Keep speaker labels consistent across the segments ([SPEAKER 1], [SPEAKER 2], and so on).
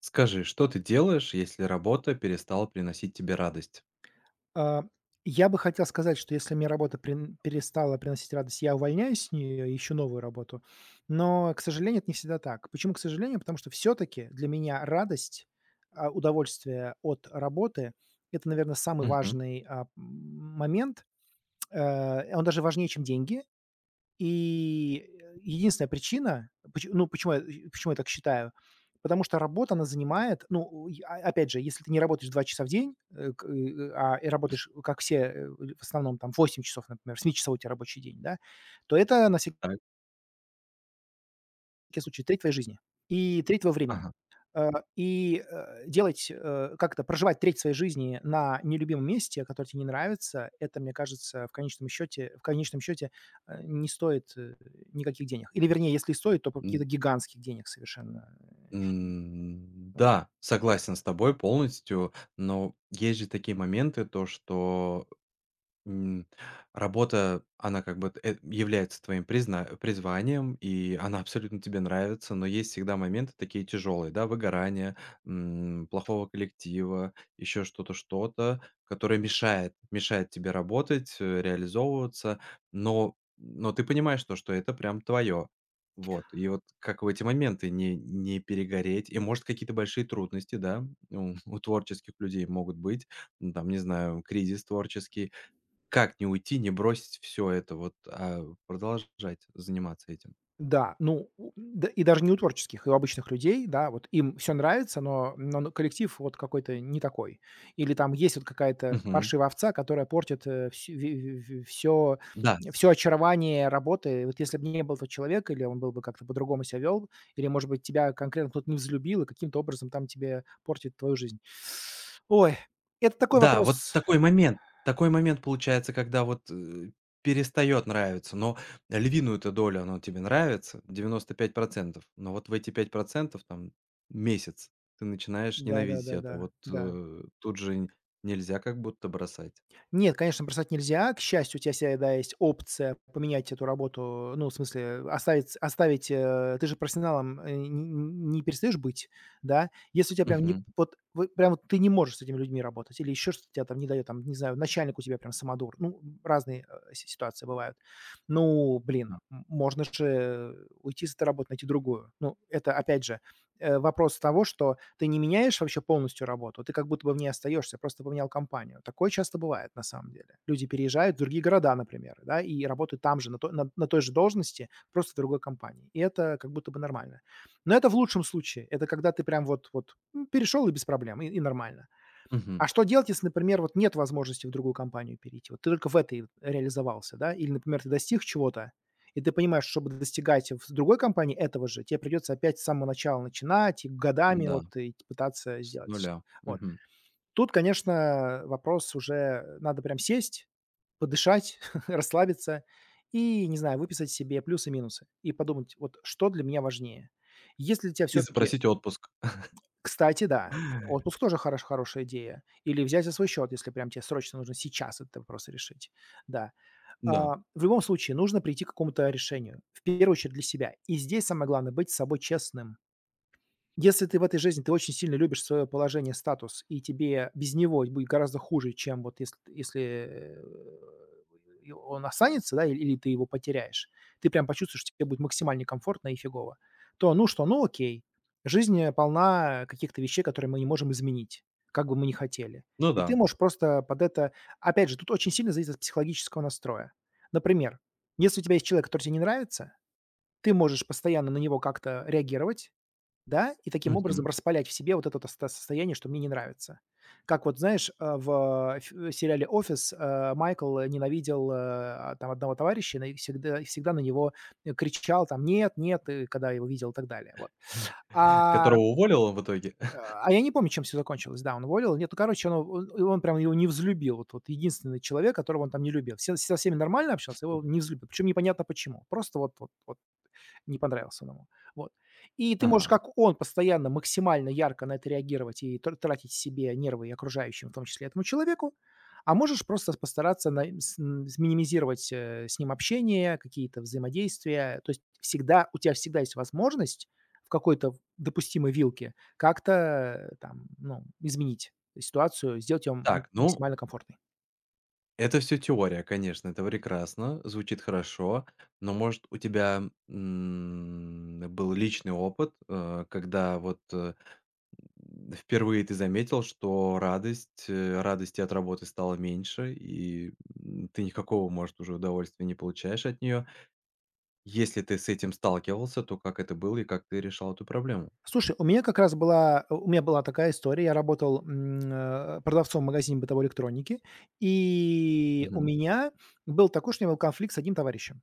[SPEAKER 1] Скажи, что ты делаешь, если работа перестала приносить тебе радость?
[SPEAKER 2] А, я бы хотел сказать, что если мне работа прин перестала приносить радость, я увольняюсь с нее и ищу новую работу. Но, к сожалению, это не всегда так. Почему к сожалению? Потому что все-таки для меня радость, удовольствие от работы- это, наверное, самый
[SPEAKER 1] Мгм.
[SPEAKER 2] важный, момент. Он даже важнее, чем деньги. И единственная причина, поч ну, почему я так считаю, потому что работа, она занимает, ну, и, опять же, если ты не работаешь 2 часа в день, и работаешь, как все, в основном там 8 часов, например, 7-часовой у тебя рабочий день, да, то это на
[SPEAKER 1] Так.
[SPEAKER 2] всякий случай, треть твоей жизни и треть твоего времени.
[SPEAKER 1] Ага.
[SPEAKER 2] Э, и делать, как это, проживать треть своей жизни на нелюбимом месте, которое тебе не нравится, это, мне кажется, в конечном счете, не стоит, никаких денег. Или, вернее, если и стоит, то каких-то
[SPEAKER 1] Н
[SPEAKER 2] гигантских денег совершенно.
[SPEAKER 1] да, согласен с тобой полностью, но есть же такие моменты, то что М, работа, она как бы является твоим призна призванием, и она абсолютно тебе нравится, но есть всегда моменты такие тяжелые, да, выгорания, плохого коллектива, еще что-то, что-то, которое мешает тебе работать, реализовываться, но ты понимаешь то, что это прям твое. Вот, и вот как в эти моменты не перегореть? И, может, какие-то большие трудности, да, у у творческих людей могут быть, ну, там, не знаю, кризис творческий. Как не уйти, не бросить все это вот, а продолжать заниматься этим?
[SPEAKER 2] Да, ну, у да и даже не у творческих, и у обычных людей, да, вот им все нравится, но коллектив вот какой-то не такой. Или там есть вот какая-то
[SPEAKER 1] Мгм.
[SPEAKER 2] паршивая овца, которая портит, все
[SPEAKER 1] Да,
[SPEAKER 2] очарование работы. Вот если бы не был этого человек или он был бы как-то по-другому себя вел, или, может быть, тебя конкретно кто-то не взлюбил и каким-то образом там тебе портит твою жизнь. Ой, это такой
[SPEAKER 1] да, вот
[SPEAKER 2] вопрос.
[SPEAKER 1] такой момент получается, когда вот, перестает нравиться, но львиную-то долю оно тебе нравится, 95%, но вот в эти 5% там, месяц ты начинаешь ненавидеть
[SPEAKER 2] Да-да-да-да, да.
[SPEAKER 1] это.
[SPEAKER 2] Да,
[SPEAKER 1] Вот,
[SPEAKER 2] да, да.
[SPEAKER 1] тут же н нельзя как будто бросать.
[SPEAKER 2] Нет, конечно, бросать нельзя. К счастью, у тебя всегда да, есть опция поменять эту работу, ну, в смысле, оставить, ты же профессионалом, не перестаешь быть, да. Если у тебя прям не
[SPEAKER 1] Мгм.
[SPEAKER 2] вот прям вот ты не можешь с этими людьми работать или еще что-то тебя там не дает, там, не знаю, начальник у тебя прям самодур. Ну, разные, э, си ситуации бывают. Ну, блин,
[SPEAKER 1] Да.
[SPEAKER 2] можно же уйти с этой работы, найти другую. Ну, это опять же, вопрос того, что ты не меняешь вообще полностью работу, ты как будто бы в ней остаешься, просто поменял компанию. Такое часто бывает на самом деле. Люди переезжают в другие города, например, да, и работают там же, на той же должности, просто в другой компании. И это как будто бы нормально. Но это в лучшем случае. Это когда ты прям вот перешел и без проблем, и нормально.
[SPEAKER 1] Мгм.
[SPEAKER 2] А что делать, если, например, вот нет возможности в другую компанию перейти? Вот ты только в этой реализовался, да? Или, например, ты достиг чего-то, и ты понимаешь, чтобы достигать в другой компании этого же, тебе придется опять с самого начала начинать и годами
[SPEAKER 1] Да,
[SPEAKER 2] вот и пытаться
[SPEAKER 1] с
[SPEAKER 2] сделать.
[SPEAKER 1] нуля.
[SPEAKER 2] Вот.
[SPEAKER 1] Мгм.
[SPEAKER 2] Тут, конечно, вопрос уже надо прям сесть, подышать, расслабиться и, не знаю, выписать себе плюсы и минусы и подумать, вот что для меня важнее. Если у тебя
[SPEAKER 1] И
[SPEAKER 2] все-таки
[SPEAKER 1] запросить отпуск.
[SPEAKER 2] кстати, да. Отпуск тоже хорошая идея. Или взять за свой счет, если прям тебе срочно нужно сейчас этот вопрос решить. Да. А,
[SPEAKER 1] Да.
[SPEAKER 2] в любом случае нужно прийти к какому-то решению. В первую очередь для себя. И здесь самое главное- быть с собой честным. Если ты в этой жизни, ты очень сильно любишь свое положение, статус, и тебе без него будет гораздо хуже, чем вот если, э, и он останется, да, или ты его потеряешь, ты прям почувствуешь, что тебе будет максимально комфортно и фигово, то ну что, ну окей. Жизнь, полна каких-то вещей, которые мы не можем изменить, как бы мы ни хотели.
[SPEAKER 1] Ну
[SPEAKER 2] И ты
[SPEAKER 1] да.
[SPEAKER 2] можешь просто под это опять же, тут очень сильно зависит от психологического настроя. Например, если у тебя есть человек, который тебе не нравится, ты можешь постоянно на него как-то реагировать, да, и таким образом
[SPEAKER 1] Мгм.
[SPEAKER 2] распалять в себе вот это вот оста состояние, что мне не нравится. Как вот, знаешь, в сериале "Офис", Майкл ненавидел, там одного товарища и и всегда на него, кричал там: "Нет, нет!", и когда его видел и так далее, вот. А,
[SPEAKER 1] Которого уволил он в итоге?
[SPEAKER 2] э, а я не помню, чем все закончилось. Да, он уволил. Нет, ну, короче, он прям его не взлюбил. Вот единственный человек, которого он там не любил. Все со всеми нормально общался, его не взлюбил, причем непонятно почему. Просто вот не понравился он ему. Вот. И ты можешь,
[SPEAKER 1] Ага.
[SPEAKER 2] как он, постоянно максимально ярко на это реагировать и тратить себе нервы и окружающим, в том числе этому человеку, а можешь просто постараться минимизировать с ним общение, какие-то взаимодействия. То есть у тебя всегда есть возможность в какой-то допустимой вилке как-то там, ну, изменить ситуацию, сделать ее
[SPEAKER 1] Так, ну,
[SPEAKER 2] максимально комфортной.
[SPEAKER 1] это все теория, конечно, это прекрасно, звучит хорошо. Но, может, у тебя, был личный опыт, когда вот, впервые ты заметил, что радости от работы стало меньше, и, ты никакого, может, уже удовольствия не получаешь от нее. Если ты с этим сталкивался, то как это было и как ты решал эту проблему?
[SPEAKER 2] Слушай, у меня как раз была у меня была такая история. Я работал, продавцом в магазине бытовой электроники, и у
[SPEAKER 1] Мгм.
[SPEAKER 2] меня был такой, что у меня был конфликт с одним товарищем.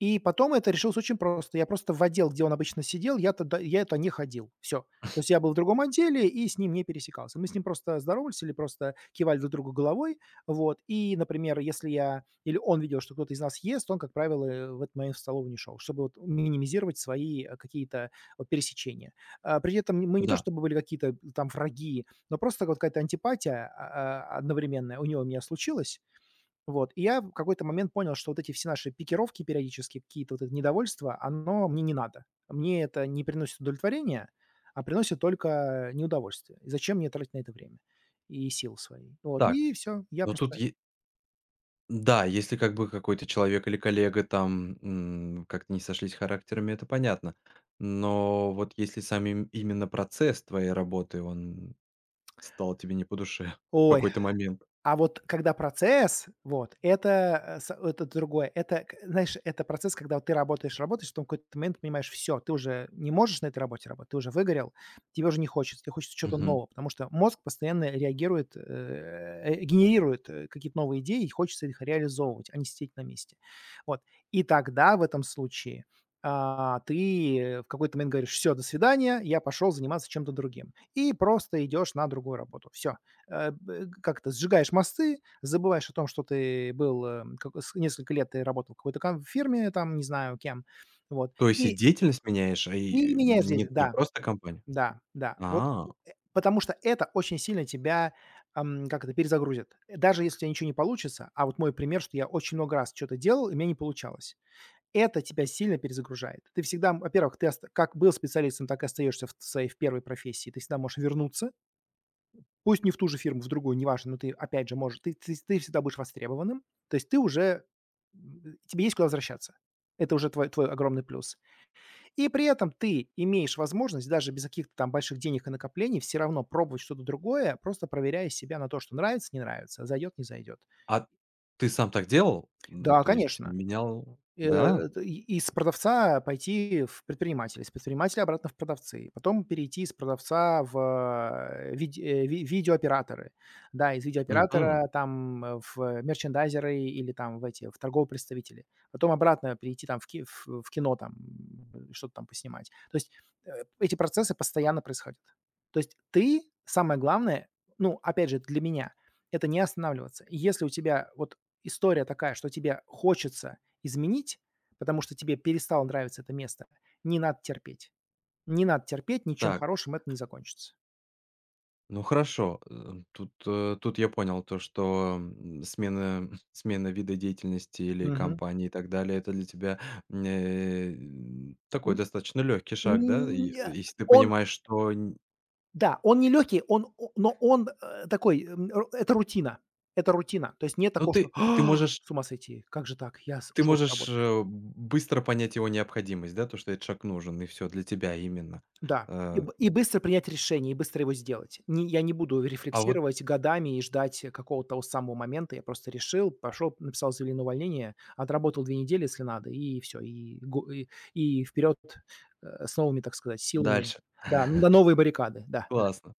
[SPEAKER 2] И потом это решилось очень просто. Я просто в отдел, где он обычно сидел, я туда не ходил. Все. То есть я был в другом отделе и с ним не пересекался. Мы с ним просто здоровались или просто кивали друг другу головой. Вот. И, например, если я или он видел, что кто-то из нас ест, он, как правило, в этот момент в столовую не шел, чтобы вот минимизировать свои, какие-то вот пересечения. При этом мы не то
[SPEAKER 1] Да.
[SPEAKER 2] чтобы были какие-то там враги, но просто вот какая-то антипатия, одновременная у него у меня случилась. Вот, и я в какой-то момент понял, что вот эти все наши пикировки периодически, какие-то вот это недовольство, оно мне не надо. Мне это не приносит удовлетворения, а приносит только неудовольствие. И зачем мне тратить на это время и силы свои? Вот,
[SPEAKER 1] Так,
[SPEAKER 2] и все, Я
[SPEAKER 1] но тут
[SPEAKER 2] просто
[SPEAKER 1] е Да, если как бы какой-то человек или коллега там, как-то не сошлись характерами, это понятно. Но вот если сам им именно процесс твоей работы, он стал тебе не по душе в
[SPEAKER 2] Ой,
[SPEAKER 1] какой-то момент.
[SPEAKER 2] а вот когда процесс, вот, это, э, с это другое. Это, к знаешь, это процесс, когда вот ты работаешь, работаешь, потом в какой-то момент понимаешь: все, ты уже не можешь на этой работе работать, ты уже выгорел, тебе уже не хочется, тебе хочется чего-то
[SPEAKER 1] Мгм.
[SPEAKER 2] нового, потому что мозг постоянно реагирует, генерирует, какие-то новые идеи, и хочется их реализовывать, а не сидеть на месте. Вот. И тогда в этом случае, ты в какой-то момент говоришь: "Все, до свидания, я пошел заниматься чем-то другим". И просто идешь на другую работу. Все э, б как это, сжигаешь мосты, забываешь о том, что ты был, э, как с несколько лет ты работал в какой-то кам фирме, там, не знаю кем, вот,
[SPEAKER 1] То есть и деятельность меняешь,
[SPEAKER 2] и меняешь деятель.
[SPEAKER 1] не
[SPEAKER 2] Да,
[SPEAKER 1] просто компанию?
[SPEAKER 2] да, да. Вот,
[SPEAKER 1] А,
[SPEAKER 2] потому что это очень сильно тебя, как это, перезагрузит. Даже если у тебя ничего не получится, а вот мой пример, что я очень много раз что то делал, и у меня не получалось. Это тебя сильно перезагружает. Ты всегда, во-первых, ты ост как был специалистом, так и остаешься в первой профессии. Ты всегда можешь вернуться. Пусть не в ту же фирму, в другую, неважно, но ты опять же можешь, ты всегда будешь востребованным, то есть ты уже, тебе есть куда возвращаться. Это уже твой огромный плюс. И при этом ты имеешь возможность даже без каких-то там больших денег и накоплений все равно пробовать что-то другое, просто проверяя себя на то, что нравится, не нравится, зайдет, не зайдет.
[SPEAKER 1] а, ты сам так делал? М,
[SPEAKER 2] Да,
[SPEAKER 1] то есть
[SPEAKER 2] конечно.
[SPEAKER 1] менял?
[SPEAKER 2] Э,
[SPEAKER 1] Да?
[SPEAKER 2] это и из продавца пойти в предпринимателя, из предпринимателя обратно в продавцы, и потом перейти из продавца в, э, виде э, ви видеооператоры. Да, из
[SPEAKER 1] Мгм.
[SPEAKER 2] видеооператора там, в мерчендайзеры или там в эти, в торговые представители. Потом обратно перейти там в ки в кино там, что-то там поснимать. То есть, э, эти процессы постоянно происходят. То есть ты, самое главное, ну, опять же, для меня- это не останавливаться. И если у тебя вот история такая, что тебе хочется изменить, потому что тебе перестало нравиться это место, не надо терпеть. Не надо терпеть, ничем
[SPEAKER 1] Так.
[SPEAKER 2] хорошим это не закончится.
[SPEAKER 1] Ну хорошо, тут я понял то, что, смена смена вида деятельности или
[SPEAKER 2] Мгм.
[SPEAKER 1] компании и так далее — это для тебя, такой
[SPEAKER 2] М,
[SPEAKER 1] достаточно легкий шаг, да?
[SPEAKER 2] м,
[SPEAKER 1] И
[SPEAKER 2] не
[SPEAKER 1] если ты
[SPEAKER 2] Он
[SPEAKER 1] понимаешь, что н
[SPEAKER 2] да, он нелегкий, он о но он, такой, м, р это рутина это рутина. То есть нет
[SPEAKER 1] ну
[SPEAKER 2] такого, что:
[SPEAKER 1] ты можешь
[SPEAKER 2] "С ума сойти, как же так? Я с ушел с работы".
[SPEAKER 1] быстро понять его необходимость, да, то, что этот шаг нужен, и все для тебя именно.
[SPEAKER 2] Да, и
[SPEAKER 1] Э,
[SPEAKER 2] б и быстро принять решение, и быстро его сделать. Не Я не буду
[SPEAKER 1] а вот
[SPEAKER 2] рефлексировать годами и ждать какого-то того самого момента. Я просто решил, пошел, написал заявление на увольнение, отработал 2 недели, если надо, и все, и го и вперед, с новыми, так сказать, силами.
[SPEAKER 1] дальше.
[SPEAKER 2] Да, на новые баррикады. Да, да,
[SPEAKER 1] Классно.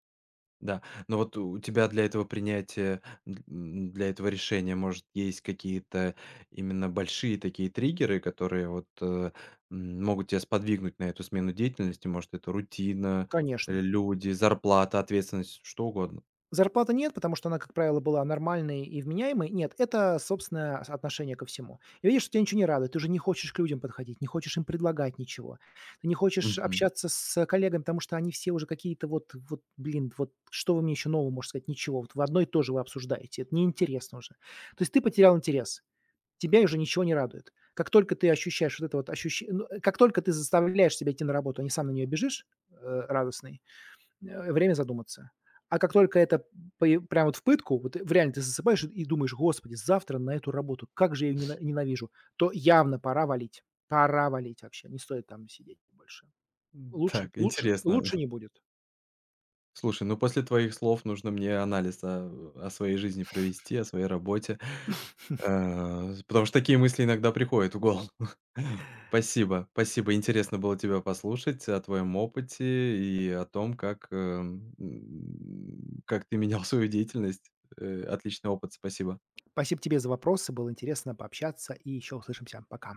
[SPEAKER 1] Да, но вот у тебя для этого принятия, для этого решения, может, есть какие-то именно большие такие триггеры, которые вот, могут тебя сподвигнуть на эту смену деятельности? Может, это рутина,
[SPEAKER 2] конечно.
[SPEAKER 1] люди, зарплата, ответственность, что угодно?
[SPEAKER 2] Зарплаты нет, потому что она, как правило, была нормальной и вменяемой. Нет, это собственное отношение ко всему. И видишь, что тебя ничего не радует. Ты уже не хочешь к людям подходить, не хочешь им предлагать ничего. Ты не хочешь
[SPEAKER 1] Мгм.
[SPEAKER 2] общаться с коллегами, потому что они все уже какие-то вот, блин, вот что вы мне еще нового можете сказать? Ничего. Вот в одно и то же вы обсуждаете. Это неинтересно уже. То есть ты потерял интерес. Тебя уже ничего не радует. Как только ты ощущаешь вот это вот ощущение, как только ты заставляешь себя идти на работу, а не сам на нее бежишь, радостный. Время задуматься. А как только это пое прям вот в пытку, вот в реально ты засыпаешь и думаешь: "Господи, завтра на эту работу, как же я ее ненавижу!" То явно пора валить. Пора валить вообще, не стоит там сидеть больше.
[SPEAKER 1] Так, интересно.
[SPEAKER 2] Лучше не будет.
[SPEAKER 1] Слушай, ну после твоих слов нужно мне анализ о своей жизни провести, о своей работе, потому что такие мысли иногда приходят в голову. Спасибо, спасибо. Интересно было тебя послушать о твоем опыте и о том, как, как ты менял свою деятельность. Отличный опыт, спасибо.
[SPEAKER 2] Спасибо тебе за вопросы, было интересно пообщаться, и еще услышимся. Пока.